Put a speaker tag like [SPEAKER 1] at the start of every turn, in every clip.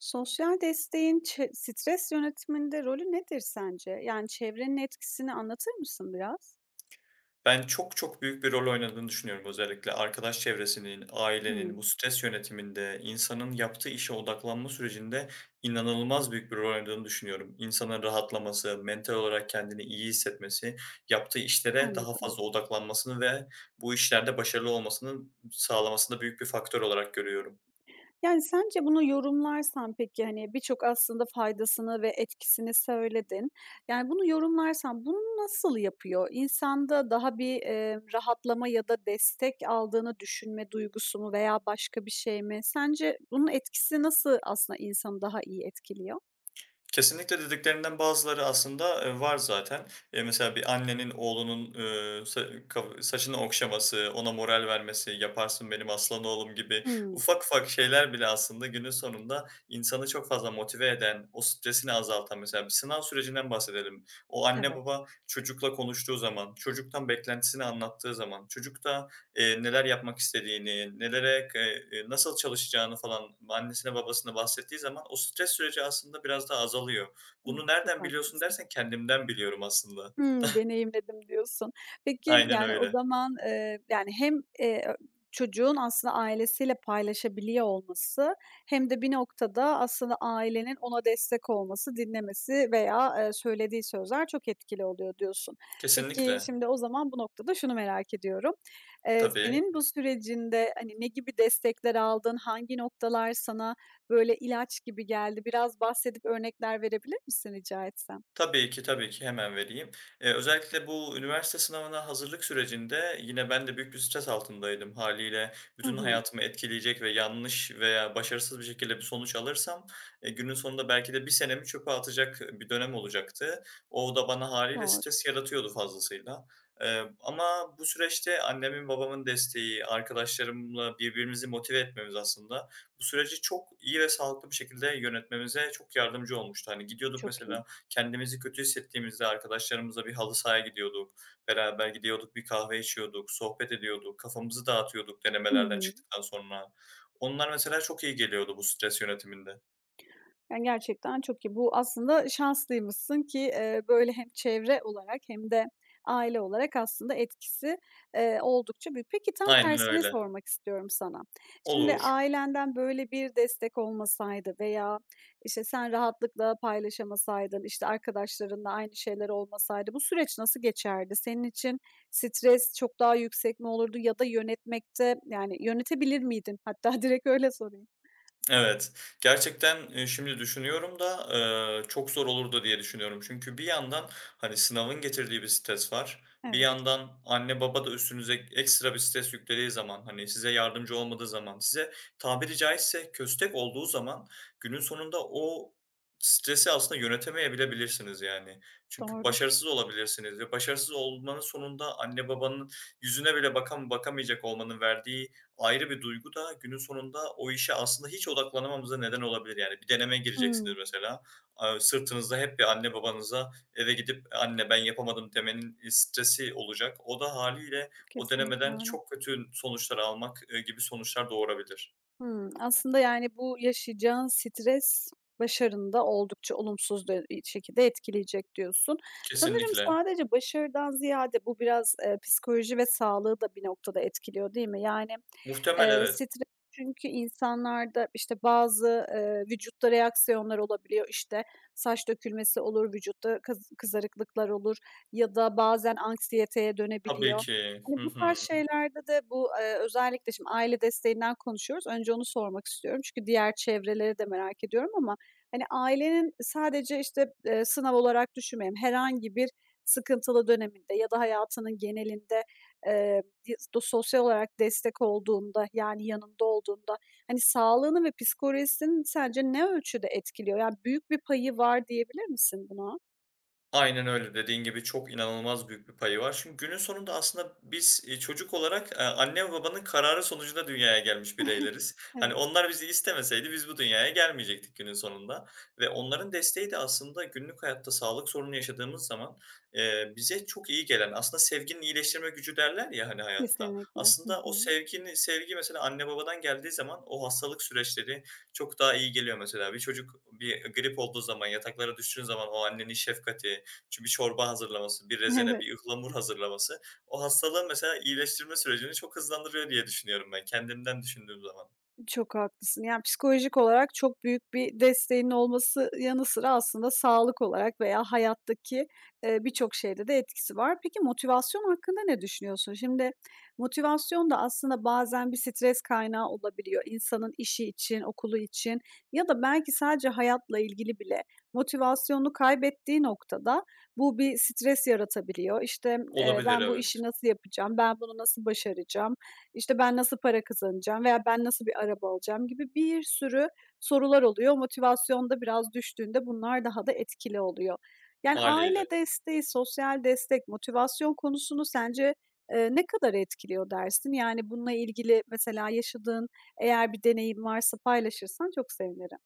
[SPEAKER 1] Sosyal desteğin stres yönetiminde rolü nedir sence? Yani çevrenin etkisini anlatır mısın biraz?
[SPEAKER 2] Ben çok büyük bir rol oynadığını düşünüyorum. Özellikle arkadaş çevresinin, ailenin,
[SPEAKER 1] Hımm,
[SPEAKER 2] bu stres yönetiminde, insanın yaptığı işe odaklanma sürecinde inanılmaz büyük bir rol oynadığını düşünüyorum. İnsanın rahatlaması, mental olarak kendini iyi hissetmesi, yaptığı işlere daha
[SPEAKER 1] anladım.
[SPEAKER 2] fazla odaklanmasını ve bu işlerde başarılı olmasını sağlamasında büyük bir faktör olarak görüyorum.
[SPEAKER 1] Yani sence bunu yorumlarsan peki, hani, birçok aslında faydasını ve etkisini söyledin. Yani bunu yorumlarsan bunu nasıl yapıyor? İnsanda daha bir, rahatlama ya da destek aldığını düşünme duygusu mu veya başka bir şey mi? Sence bunun etkisi nasıl aslında insanı daha iyi etkiliyor?
[SPEAKER 2] Kesinlikle dediklerinden bazıları aslında, var zaten. Mesela bir annenin oğlunun, sa kafa saçını okşaması, ona moral vermesi, "Yaparsın benim aslan oğlum." gibi
[SPEAKER 1] Hımm.
[SPEAKER 2] ufak ufak şeyler bile aslında günün sonunda insanı çok fazla motive eden, o stresini azaltan mesela bir sınav sürecinden bahsedelim. O anne
[SPEAKER 1] Evet.
[SPEAKER 2] baba çocukla konuştuğu zaman, çocuktan beklentisini anlattığı zaman, çocuk da neler yapmak istediğini, nelere k nasıl çalışacağını falan annesine babasına bahsettiği zaman o stres süreci aslında biraz daha azalıyor. "Bunu
[SPEAKER 1] Hımm, çok
[SPEAKER 2] nereden biliyorsun?"
[SPEAKER 1] haklısın.
[SPEAKER 2] dersen kendimden biliyorum aslında.
[SPEAKER 1] Hımm, deneyimledim diyorsun. Peki,
[SPEAKER 2] Aynen
[SPEAKER 1] yani, o
[SPEAKER 2] öyle.
[SPEAKER 1] zaman, yani, hem, ö çocuğun aslında ailesiyle paylaşabiliyor olması hem de bir noktada aslında ailenin ona destek olması, dinlemesi veya, söylediği sözler çok etkili oluyor diyorsun. Peki,
[SPEAKER 2] Kesinlikle.
[SPEAKER 1] şimdi o zaman bu noktada şunu merak ediyorum.
[SPEAKER 2] Tabii.
[SPEAKER 1] Senin bu sürecinde, hani, ne gibi destekler aldın? Hangi noktalar sana böyle ilaç gibi geldi? Biraz bahsedip örnekler verebilir misin rica etsem?
[SPEAKER 2] Tabii ki. Hemen vereyim. Özellikle bu üniversite sınavına hazırlık sürecinde yine ben de büyük bir stres altındaydım hâliyle.
[SPEAKER 1] Hı
[SPEAKER 2] Bütün
[SPEAKER 1] hı.
[SPEAKER 2] hayatımı etkileyecek ve yanlış veya başarısız bir şekilde bir sonuç alırsam, günün sonunda belki de bir senemi çöpe atacak bir dönem olacaktı. O da bana hâliyle
[SPEAKER 1] Doğru.
[SPEAKER 2] stres yaratıyordu fazlasıyla. Ama bu süreçte annemin babamın desteği, arkadaşlarımla birbirimizi motive etmemiz aslında bu süreci çok iyi ve sağlıklı bir şekilde yönetmemize çok yardımcı olmuştu. Hani, gidiyorduk
[SPEAKER 1] Çok iyi.
[SPEAKER 2] mesela. Kendimizi kötü hissettiğimizde arkadaşlarımızla bir halı sahaya gidiyorduk. Beraber gidiyorduk, bir kahve içiyorduk, sohbet ediyorduk, kafamızı dağıtıyorduk
[SPEAKER 1] Hı
[SPEAKER 2] denemelerden
[SPEAKER 1] hı.
[SPEAKER 2] çıktıktan sonra. Onlar mesela çok iyi geliyordu bu stres yönetiminde.
[SPEAKER 1] Yani, gerçekten çok iyi. Bu aslında şanslıymışsın ki, böyle hem çevre olarak hem de aile olarak aslında etkisi, oldukça büyük. Peki, tam
[SPEAKER 2] Aynen
[SPEAKER 1] tersini
[SPEAKER 2] öyle.
[SPEAKER 1] sormak istiyorum sana. Şimdi
[SPEAKER 2] Olur.
[SPEAKER 1] ailenden böyle bir destek olmasaydı veya, işte, sen rahatlıkla paylaşamasaydın, işte, arkadaşlarınla aynı şeyler olmasaydı bu süreç nasıl geçerdi? Senin için stres çok daha yüksek mi olurdu ya da yönetmekte, yani, yönetebilir miydin? Hatta direkt öyle sorayım.
[SPEAKER 2] Evet. Gerçekten, şimdi düşünüyorum da, çok zor olurdu diye düşünüyorum. Çünkü bir yandan, hani, sınavın getirdiği bir stres var. Bir
[SPEAKER 1] Evet,
[SPEAKER 2] yandan anne baba da üstünüze ekstra bir stres yüklediği zaman, hani, size yardımcı olmadığı zaman, size tabiri caizse köstek olduğu zaman günün sonunda o stresi aslında yönetemeyebilebilirsiniz, yani. Çünkü
[SPEAKER 1] doğru.
[SPEAKER 2] başarısız olabilirsiniz ve başarısız olmanın sonunda anne babanın yüzüne bile bakamayacak olmanın verdiği ayrı bir duygu da günün sonunda o işe aslında hiç odaklanamamıza neden olabilir. Yani bir deneme gireceksiniz
[SPEAKER 1] Hımm.
[SPEAKER 2] mesela. Aaa, sırtınızda hep bir anne babanıza eve gidip "Anne, ben yapamadım." demenin stresi olacak. O da haliyle o
[SPEAKER 1] Kesinlikle
[SPEAKER 2] denemeden
[SPEAKER 1] öyle.
[SPEAKER 2] çok kötü sonuçlar almak, gibi sonuçlar doğurabilir.
[SPEAKER 1] Hımm. Aslında, yani, bu yaşayacağın stres başarında oldukça olumsuz şekilde etkileyecek diyorsun. Sanırım
[SPEAKER 2] Kesinlikle.
[SPEAKER 1] sadece başarıdan ziyade bu biraz, psikoloji ve sağlığı da bir noktada etkiliyor, değil mi? Yani,
[SPEAKER 2] Muhtemel, evet.
[SPEAKER 1] Stres çünkü insanlarda, işte, bazı, vücutta reaksiyonlar olabiliyor. İşte, saç dökülmesi olur, vücutta kızarıklıklar olur ya da bazen anksiyeteye
[SPEAKER 2] Tabii
[SPEAKER 1] dönebiliyor.
[SPEAKER 2] ki.
[SPEAKER 1] Hani,
[SPEAKER 2] Hı
[SPEAKER 1] bu
[SPEAKER 2] hı.
[SPEAKER 1] tarz şeylerde de bu, özellikle şimdi aile desteğinden konuşuyoruz. Önce onu sormak istiyorum çünkü diğer çevreleri de merak ediyorum ama, hani, ailenin sadece, işte, sınav olarak düşünmeyelim, herhangi bir sıkıntılı döneminde ya da hayatının genelinde, di Do sosyal olarak destek olduğunda, yani yanında olduğunda, hani, sağlığını ve psikolojisini sence ne ölçüde etkiliyor? Yani, büyük bir payı var diyebilir misin buna?
[SPEAKER 2] Aynen öyle. Dediğin gibi çok inanılmaz büyük bir payı var. Çünkü günün sonunda aslında biz, çocuk olarak, anne ve babanın kararı sonucunda dünyaya gelmiş bireyleriz. Hani
[SPEAKER 1] Evet,
[SPEAKER 2] onlar bizi istemeseydi biz bu dünyaya gelmeyecektik günün sonunda ve onların desteği de aslında günlük hayatta sağlık sorunu yaşadığımız zaman, bize çok iyi gelen, aslında sevginin iyileştirme gücü derler ya, hani, hayatta.
[SPEAKER 1] kesinlikle. Hı
[SPEAKER 2] Aslında o
[SPEAKER 1] hı.
[SPEAKER 2] sevgi mesela anne babadan geldiği zaman o hastalık süreçleri çok daha iyi geliyor mesela. Bir çocuk bir grip olduğu zaman, yataklara düştüğün zaman o annenin şefkati, çünkü bir çorba hazırlaması, bir rezene,
[SPEAKER 1] Evet.
[SPEAKER 2] bir ıhlamur hazırlaması o hastalığın mesela iyileştirme sürecini çok hızlandırıyor diye düşünüyorum ben kendimden düşündüğüm zaman.
[SPEAKER 1] Çok haklısın. Yani, psikolojik olarak çok büyük bir desteğinin olması yanı sıra aslında sağlık olarak veya hayattaki, birçok şeyde de etkisi var. Peki motivasyon hakkında ne düşünüyorsun? Şimdi motivasyon da aslında bazen bir stres kaynağı olabiliyor. İnsanın işi için, okulu için ya da belki sadece hayatla ilgili bile motivasyonunu kaybettiği noktada bu bir stres yaratabiliyor. İşte,
[SPEAKER 2] Olabilir
[SPEAKER 1] "Ben bu işi
[SPEAKER 2] evet,
[SPEAKER 1] nasıl yapacağım? Ben bunu nasıl başaracağım? İşte, ben nasıl para kazanacağım veya ben nasıl bir araba alacağım gibi bir sürü sorular oluyor. Motivasyon da biraz düştüğünde bunlar daha da etkili oluyor. Yani,
[SPEAKER 2] hâliyle.
[SPEAKER 1] aile desteği, sosyal destek, motivasyon konusunu sence, ne kadar etkiliyor dersin? Yani, bununla ilgili mesela yaşadığın eğer bir deneyim varsa paylaşırsan çok sevinirim.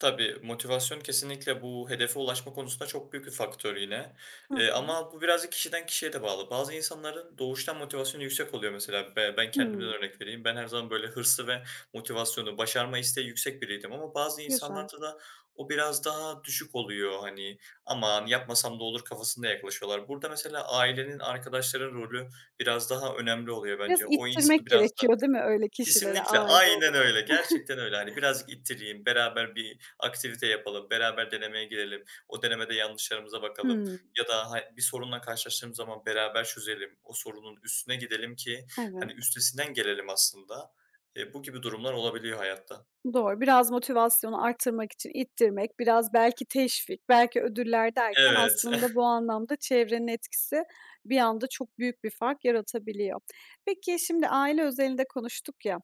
[SPEAKER 2] Tabii, motivasyon kesinlikle bu hedefe ulaşma konusunda çok büyük bir faktör yine.
[SPEAKER 1] Hı hı.
[SPEAKER 2] Ama bu birazcık kişiden kişiye de bağlı. Bazı insanların doğuştan motivasyonu yüksek oluyor mesela. Ben kendimden
[SPEAKER 1] Hımm,
[SPEAKER 2] örnek vereyim. Ben her zaman böyle hırsı ve motivasyonu, başarma isteği yüksek biriydim ama bazı
[SPEAKER 1] güzel.
[SPEAKER 2] insanlarda da o biraz daha düşük oluyor. Hani, "Aman yapmasam da olur." kafasında yaklaşıyorlar. Burada mesela ailenin, arkadaşların rolü biraz daha önemli oluyor
[SPEAKER 1] Biraz
[SPEAKER 2] bence. O
[SPEAKER 1] ittirmek
[SPEAKER 2] insanı biraz.
[SPEAKER 1] gerekiyor değil mi öyle kişilere
[SPEAKER 2] Kesinlikle,
[SPEAKER 1] aile
[SPEAKER 2] aynen
[SPEAKER 1] olarak?
[SPEAKER 2] öyle. Gerçekten öyle. Hani, birazcık ittireyim, beraber bir aktivite yapalım, beraber denemeye girelim, o denemede yanlışlarımıza bakalım
[SPEAKER 1] Hı.
[SPEAKER 2] ya da bir sorunla karşılaştığımız zaman beraber çözelim, o sorunun üstüne gidelim ki, hani,
[SPEAKER 1] Evet.
[SPEAKER 2] üstesinden gelelim aslında. Bu gibi durumlar olabiliyor hayatta.
[SPEAKER 1] Doğru. Biraz motivasyonu arttırmak için ittirmek, biraz belki teşvik, belki ödüller derken
[SPEAKER 2] Evet,
[SPEAKER 1] aslında bu anlamda çevrenin etkisi bir anda çok büyük bir fark yaratabiliyor. Peki şimdi aile özelinde konuştuk ya,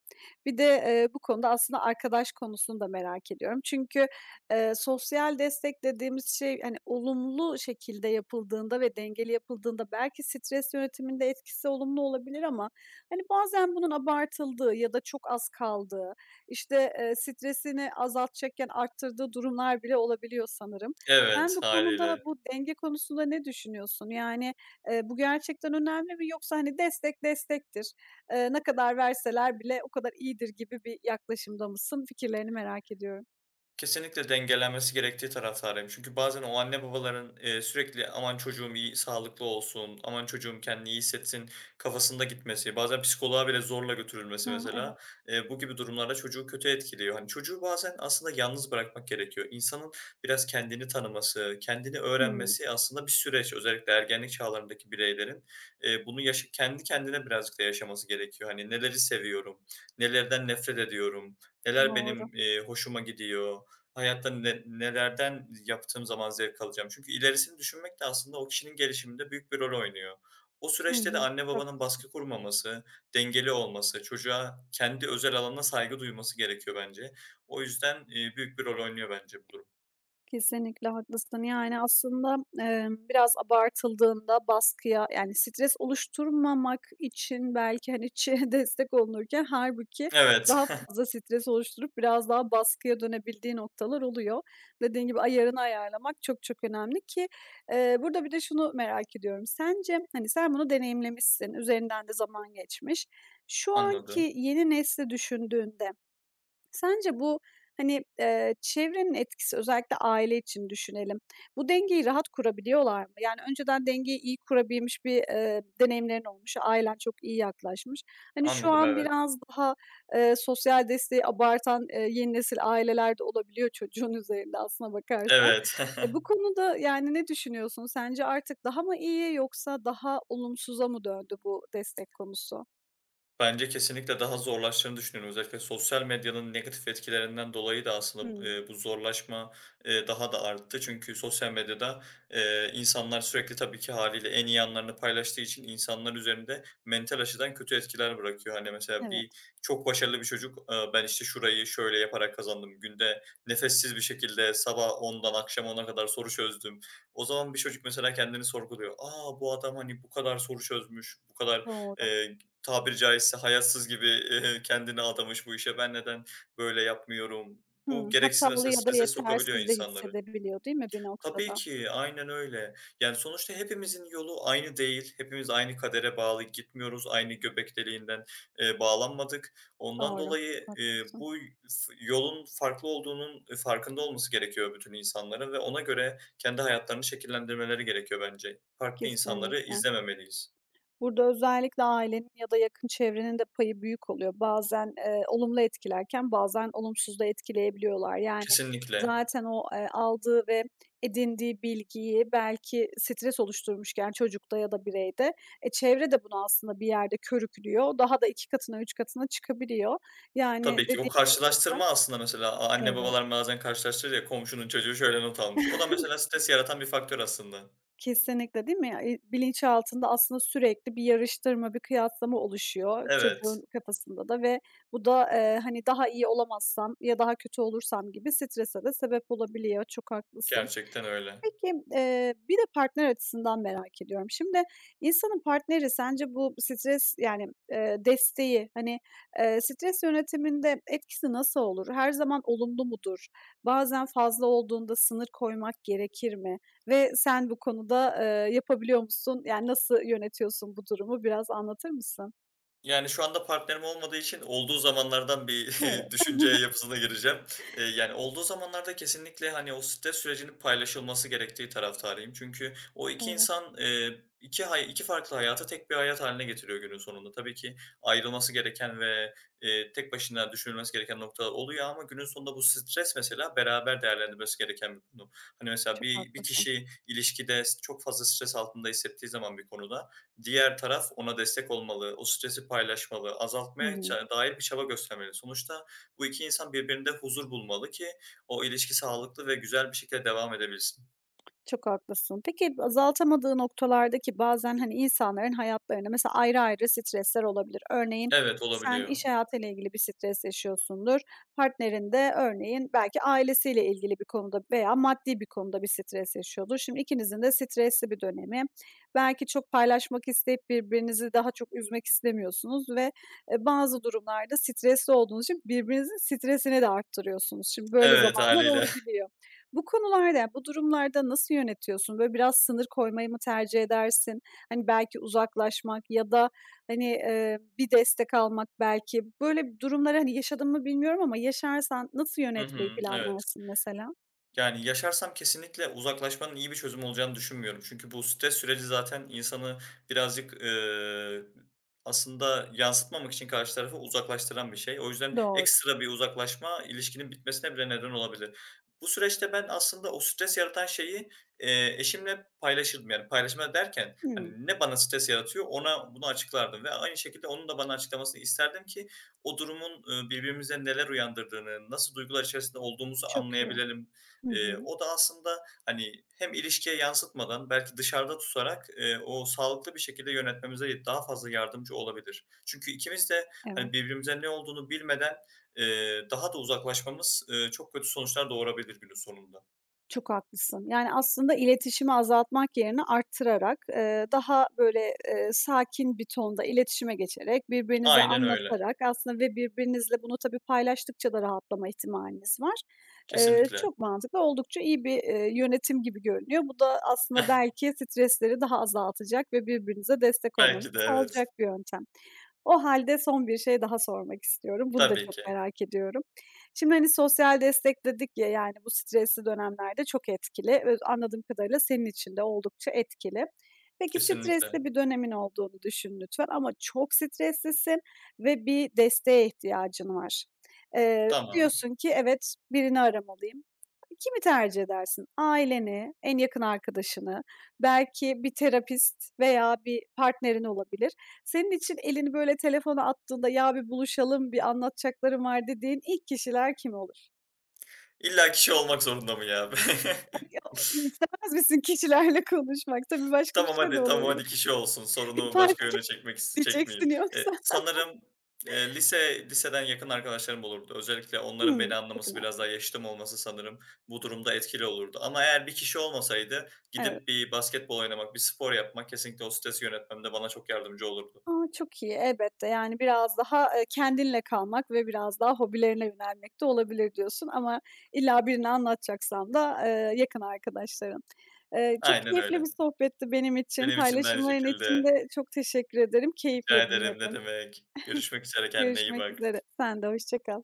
[SPEAKER 1] bir de, bu konuda aslında arkadaş konusunu da merak ediyorum. Çünkü, sosyal destek dediğimiz şey, hani, olumlu şekilde yapıldığında ve dengeli yapıldığında belki stres yönetiminde etkisi olumlu olabilir ama, hani, bazen bunun abartıldığı ya da çok az kaldığı işte, stresini azaltacakken arttırdığı durumlar bile olabiliyor sanırım. Sen
[SPEAKER 2] evet,
[SPEAKER 1] bu
[SPEAKER 2] haliyle.
[SPEAKER 1] konuda, bu denge konusunda ne düşünüyorsun? Yani, bu gerçekten önemli mi yoksa, hani, destek destektir, ne kadar verseler bile o kadar iyidir gibi bir yaklaşımda mısın? Fikirlerini merak ediyorum.
[SPEAKER 2] Kesinlikle dengelenmesi gerektiği taraftarıyım. Çünkü bazen o anne babaların, sürekli "Aman çocuğum iyi sağlıklı olsun, aman çocuğum kendini iyi hissetsin." kafasında gitmesi, bazen psikoloğa bile zorla götürülmesi
[SPEAKER 1] Ah, evet.
[SPEAKER 2] mesela, bu gibi durumlarda çocuğu kötü etkiliyor. Hani, çocuğu bazen aslında yalnız bırakmak gerekiyor. İnsanın biraz kendini tanıması, kendini
[SPEAKER 1] Hımm.
[SPEAKER 2] öğrenmesi aslında bir süreç. Özellikle ergenlik çağlarındaki bireylerin, bunu yaşı kendi kendine birazcık da yaşaması gerekiyor. Hani, "Neleri seviyorum, nelerden nefret ediyorum, neler
[SPEAKER 1] Doğru.
[SPEAKER 2] benim, hoşuma gidiyor, hayatta nelerden yaptığım zaman zevk alacağım?" Çünkü ilerisini düşünmek de aslında o kişinin gelişiminde büyük bir rol oynuyor. O
[SPEAKER 1] Hı
[SPEAKER 2] süreçte de
[SPEAKER 1] hı.
[SPEAKER 2] anne babanın
[SPEAKER 1] Haklısın.
[SPEAKER 2] baskı kurmaması, dengeli olması, çocuğa kendi özel alanına saygı duyması gerekiyor bence. O yüzden, büyük bir rol oynuyor bence bu durum.
[SPEAKER 1] Kesinlikle haklısın. Yani, aslında, biraz abartıldığında baskıya, yani, stres oluşturmamak için belki, hani, destek olunurken hâlbuki
[SPEAKER 2] Evet.
[SPEAKER 1] daha fazla stres oluşturup biraz daha baskıya dönebildiği noktalar oluyor. Dediğin gibi ayarını ayarlamak çok çok önemli ki, burada bir de şunu merak ediyorum. Sence, hani, sen bunu deneyimlemişsin, üzerinden de zaman geçmiş. Şu anki
[SPEAKER 2] Anladım.
[SPEAKER 1] yeni nesli düşündüğünde sence bu, hani, çevrenin etkisi özellikle aile için düşünelim. Bu dengeyi rahat kurabiliyorlar mı? Yani önceden dengeyi iyi kurabilmiş bir, deneyimlerin olmuş, ailen çok iyi yaklaşmış. Hani, şu
[SPEAKER 2] Anladım,
[SPEAKER 1] an
[SPEAKER 2] evet.
[SPEAKER 1] biraz daha, sosyal desteği abartan, yeni nesil aileler de olabiliyor çocuğun üzerinde aslına bakarsan.
[SPEAKER 2] Evet.
[SPEAKER 1] E, bu konuda, yani, ne düşünüyorsun? Sence artık daha mı iyi yoksa daha olumsuza mı döndü bu destek konusu?
[SPEAKER 2] Bence kesinlikle daha zorlaştığını düşünüyorum. Özellikle sosyal medyanın negatif etkilerinden dolayı da aslında,
[SPEAKER 1] Hımm,
[SPEAKER 2] bu zorlaşma, daha da arttı. Çünkü sosyal medyada, insanlar sürekli tabii ki haliyle en iyi anlarını paylaştığı için insanlar üzerinde mental açıdan kötü etkiler bırakıyor. Hani, mesela
[SPEAKER 1] evet,
[SPEAKER 2] bir çok başarılı bir çocuk, "Ben, işte, şurayı şöyle yaparak kazandım. Günde nefessiz bir şekilde sabah ondan akşam ona kadar soru çözdüm." O zaman bir çocuk mesela kendini sorguluyor. Aa bu adam, hani, bu kadar soru çözmüş, bu kadar,
[SPEAKER 1] doğru.
[SPEAKER 2] eee, tabiri caizse hayatsız gibi, kendini adamış bu işe, "Ben neden böyle yapmıyorum?"
[SPEAKER 1] Hımm,
[SPEAKER 2] Bu gereksiz
[SPEAKER 1] hatalı
[SPEAKER 2] mesela
[SPEAKER 1] ya da
[SPEAKER 2] strese sokabiliyor
[SPEAKER 1] yetersiz de
[SPEAKER 2] insanları.
[SPEAKER 1] hissedebiliyor, değil mi bir
[SPEAKER 2] Tabii
[SPEAKER 1] noktada?
[SPEAKER 2] ki, aynen öyle. Yani, sonuçta hepimizin yolu aynı değil. Hepimiz aynı kadere bağlı gitmiyoruz. Aynı göbek deliğinden, bağlanmadık. Ondan
[SPEAKER 1] Doğru, çok
[SPEAKER 2] dolayı,
[SPEAKER 1] haklısın.
[SPEAKER 2] bu yolun farklı olduğunun, farkında olması gerekiyor bütün insanların ve ona göre kendi hayatlarını şekillendirmeleri gerekiyor bence. Farklı insanları
[SPEAKER 1] Kesinlikle.
[SPEAKER 2] izlememeliyiz.
[SPEAKER 1] Burada özellikle ailenin ya da yakın çevrenin de payı büyük oluyor. Bazen, olumlu etkilerken bazen olumsuz da etkileyebiliyorlar. Yani
[SPEAKER 2] Kesinlikle.
[SPEAKER 1] zaten o, aldığı ve edindiği bilgiyi belki stres oluşturmuşken çocukta ya da bireyde, e, çevre de bunu aslında bir yerde körüklüyor. Daha da 2 katına, 3 katına çıkabiliyor. Yani
[SPEAKER 2] Tabii ki. O
[SPEAKER 1] dediğin gibi burada
[SPEAKER 2] karşılaştırma aslında mesela anne
[SPEAKER 1] evet.
[SPEAKER 2] babalar bazen karşılaştırır ya, komşunun çocuğu şöyle not almış. O da mesela stres yaratan bir faktör aslında.
[SPEAKER 1] Kesinlikle, değil mi? Ya, bilinçaltında aslında sürekli bir yarıştırma, bir kıyaslama oluşuyor
[SPEAKER 2] Evet,
[SPEAKER 1] çocuğun kafasında da ve bu da, hani, daha iyi olamazsam ya daha kötü olursam gibi strese de sebep olabiliyor. Çok haklısın.
[SPEAKER 2] gerçekten öyle.
[SPEAKER 1] Peki, bir de partner açısından merak ediyorum. Şimdi insanın partneri sence bu stres, yani, desteği, hani, stres yönetiminde etkisi nasıl olur? Her zaman olumlu mudur? Bazen fazla olduğunda sınır koymak gerekir mi? Ve sen bu konuda, yapabiliyor musun? Yani, nasıl yönetiyorsun bu durumu? Biraz anlatır mısın?
[SPEAKER 2] Yani, şu anda partnerim olmadığı için olduğu zamanlardan bir
[SPEAKER 1] Evet.
[SPEAKER 2] düşünce yapısına gireceğim. Yani, olduğu zamanlarda kesinlikle, hani, o stres sürecinin paylaşılması gerektiği taraftarıyım. Çünkü o iki
[SPEAKER 1] Evet,
[SPEAKER 2] insan, 2 farklı hayatı tek bir hayat haline getiriyor günün sonunda. Tabii ki ayrılması gereken ve, tek başına düşünülmesi gereken noktalar oluyor ama günün sonunda bu stres mesela beraber değerlendirmesi gereken bir konu. Hani, mesela
[SPEAKER 1] çok
[SPEAKER 2] bir
[SPEAKER 1] haklısın.
[SPEAKER 2] kişi ilişkide çok fazla stres altında hissettiği zaman bir konuda, diğer taraf ona destek olmalı, o stresi paylaşmalı,
[SPEAKER 1] Hı
[SPEAKER 2] azaltmaya
[SPEAKER 1] hı.
[SPEAKER 2] ça dair bir çaba göstermeli. Sonuçta bu 2 insan birbirinde huzur bulmalı ki o ilişki sağlıklı ve güzel bir şekilde devam edebilsin.
[SPEAKER 1] Çok haklısın. Peki azaltamadığı noktalarda ki bazen, hani, insanların hayatlarında mesela ayrı ayrı stresler olabilir. Örneğin
[SPEAKER 2] Evet,
[SPEAKER 1] sen
[SPEAKER 2] olabiliyor.
[SPEAKER 1] iş hayatıyla ilgili bir stres yaşıyorsundur. Partnerin de örneğin belki ailesiyle ilgili bir konuda veya maddi bir konuda bir stres yaşıyordur. Şimdi ikinizin de stresli bir dönemi. Belki çok paylaşmak isteyip birbirinizi daha çok üzmek istemiyorsunuz ve, bazı durumlarda stresli olduğunuz için birbirinizin stresini de arttırıyorsunuz. Şimdi böyle
[SPEAKER 2] Evet,
[SPEAKER 1] zamanlar
[SPEAKER 2] hâliyle.
[SPEAKER 1] olabiliyor. Bu konularda, bu durumlarda nasıl yönetiyorsun? Böyle biraz sınır koymayı mı tercih edersin? Hani, belki uzaklaşmak ya da, hani, bir destek almak belki. Böyle durumları, hani, yaşadın mı bilmiyorum ama yaşarsan nasıl
[SPEAKER 2] Hı
[SPEAKER 1] yönetmeyi
[SPEAKER 2] hı, evet.
[SPEAKER 1] planlarsın mesela?
[SPEAKER 2] Yani, yaşarsam kesinlikle uzaklaşmanın iyi bir çözüm olacağını düşünmüyorum. Çünkü bu stres süreci zaten insanı birazcık, aslında yansıtmamak için karşı tarafı uzaklaştıran bir şey. O yüzden
[SPEAKER 1] Doğru.
[SPEAKER 2] ekstra bir uzaklaşma ilişkinin bitmesine bile neden olabilir. Bu süreçte ben aslında o stres yaratan şeyi, eşimle paylaşırdım. Yani, paylaşma derken,
[SPEAKER 1] Hımm,
[SPEAKER 2] hani, ne bana stres yaratıyor ona bunu açıklardım ve aynı şekilde onun da bana açıklamasını isterdim ki o durumun, birbirimizde neler uyandırdığını, nasıl duygular içerisinde olduğumuzu
[SPEAKER 1] çok iyi.
[SPEAKER 2] anlayabilelim.
[SPEAKER 1] Hı hı.
[SPEAKER 2] O da aslında, hani, hem ilişkiye yansıtmadan belki dışarıda tutarak, o sağlıklı bir şekilde yönetmemize daha fazla yardımcı olabilir. Çünkü ikimiz de,
[SPEAKER 1] Evet.
[SPEAKER 2] hani, birbirimize ne olduğunu bilmeden, daha da uzaklaşmamız, çok kötü sonuçlar doğurabilir günün sonunda.
[SPEAKER 1] Çok haklısın. Yani, aslında iletişimi azaltmak yerine arttırarak, daha, böyle, sakin bir tonda iletişime geçerek, birbirinize
[SPEAKER 2] Aynen öyle.
[SPEAKER 1] anlatarak aslında ve birbirinizle bunu tabii paylaştıkça da rahatlama ihtimaliniz var.
[SPEAKER 2] Kesinlikle.
[SPEAKER 1] Çok mantıklı, oldukça iyi bir, yönetim gibi görünüyor. Bu da aslında belki stresleri daha azaltacak ve birbirinize destek olmanızı
[SPEAKER 2] Belki de evet.
[SPEAKER 1] sağlayacak bir yöntem. O halde son bir şey daha sormak istiyorum. Bunu da
[SPEAKER 2] Tabii
[SPEAKER 1] çok
[SPEAKER 2] ki.
[SPEAKER 1] merak ediyorum. Şimdi, hani, sosyal destek dedik ya, yani, bu stresli dönemlerde çok etkili ve anladığım kadarıyla senin için de oldukça etkili. Peki,
[SPEAKER 2] Kesinlikle.
[SPEAKER 1] stresli bir dönemin olduğunu düşün lütfen ama çok streslisin ve bir desteğe ihtiyacın var.
[SPEAKER 2] Tamam.
[SPEAKER 1] Diyorsun ki evet, birini aramalıyım. Kimi tercih edersin? Aileni, en yakın arkadaşını, belki bir terapist veya bir partnerin olabilir. Senin için elini böyle telefona attığında, "Ya, bir buluşalım, bir anlatacaklarım var." dediğin ilk kişiler kim olur?
[SPEAKER 2] İlla kişi olmak zorunda mı ya?
[SPEAKER 1] İstemez misin kişilerle konuşmak? Tabii başka bir
[SPEAKER 2] Tamam
[SPEAKER 1] şey de
[SPEAKER 2] hadi, tamam
[SPEAKER 1] olabilir.
[SPEAKER 2] hadi kişi olsun. Sorunu
[SPEAKER 1] "Yapay
[SPEAKER 2] başka
[SPEAKER 1] zekâ"
[SPEAKER 2] yöne çekmek iste çekmeyeyim.
[SPEAKER 1] diyeceksin yoksa.
[SPEAKER 2] Sanırım, liseden yakın arkadaşlarım olurdu. Özellikle onların
[SPEAKER 1] Hımm.
[SPEAKER 2] beni
[SPEAKER 1] Yakın
[SPEAKER 2] anlaması,
[SPEAKER 1] ar
[SPEAKER 2] biraz daha yaşıtım olması sanırım bu durumda etkili olurdu. Ama eğer bir kişi olmasaydı
[SPEAKER 1] Evet.
[SPEAKER 2] gidip bir basketbol oynamak, bir spor yapmak kesinlikle o stresi yönetmemde bana çok yardımcı olurdu.
[SPEAKER 1] A, çok iyi. Elbette, yani, biraz daha, kendinle kalmak ve biraz daha hobilerine yönelmek de olabilir diyorsun ama illa birine anlatacaksan da, yakın arkadaşların. Çok
[SPEAKER 2] Aynen
[SPEAKER 1] keyifli bir
[SPEAKER 2] öyle.
[SPEAKER 1] sohbetti benim için.
[SPEAKER 2] Benim için de aynı
[SPEAKER 1] Paylaşımların için
[SPEAKER 2] şekilde.
[SPEAKER 1] de çok teşekkür ederim.
[SPEAKER 2] Rica
[SPEAKER 1] Keyifle
[SPEAKER 2] ederim, ne
[SPEAKER 1] dinledim.
[SPEAKER 2] demek. Görüşmek üzere, kendine iyi
[SPEAKER 1] Görüşmek
[SPEAKER 2] bak.
[SPEAKER 1] üzere. Sen de hoşça kal.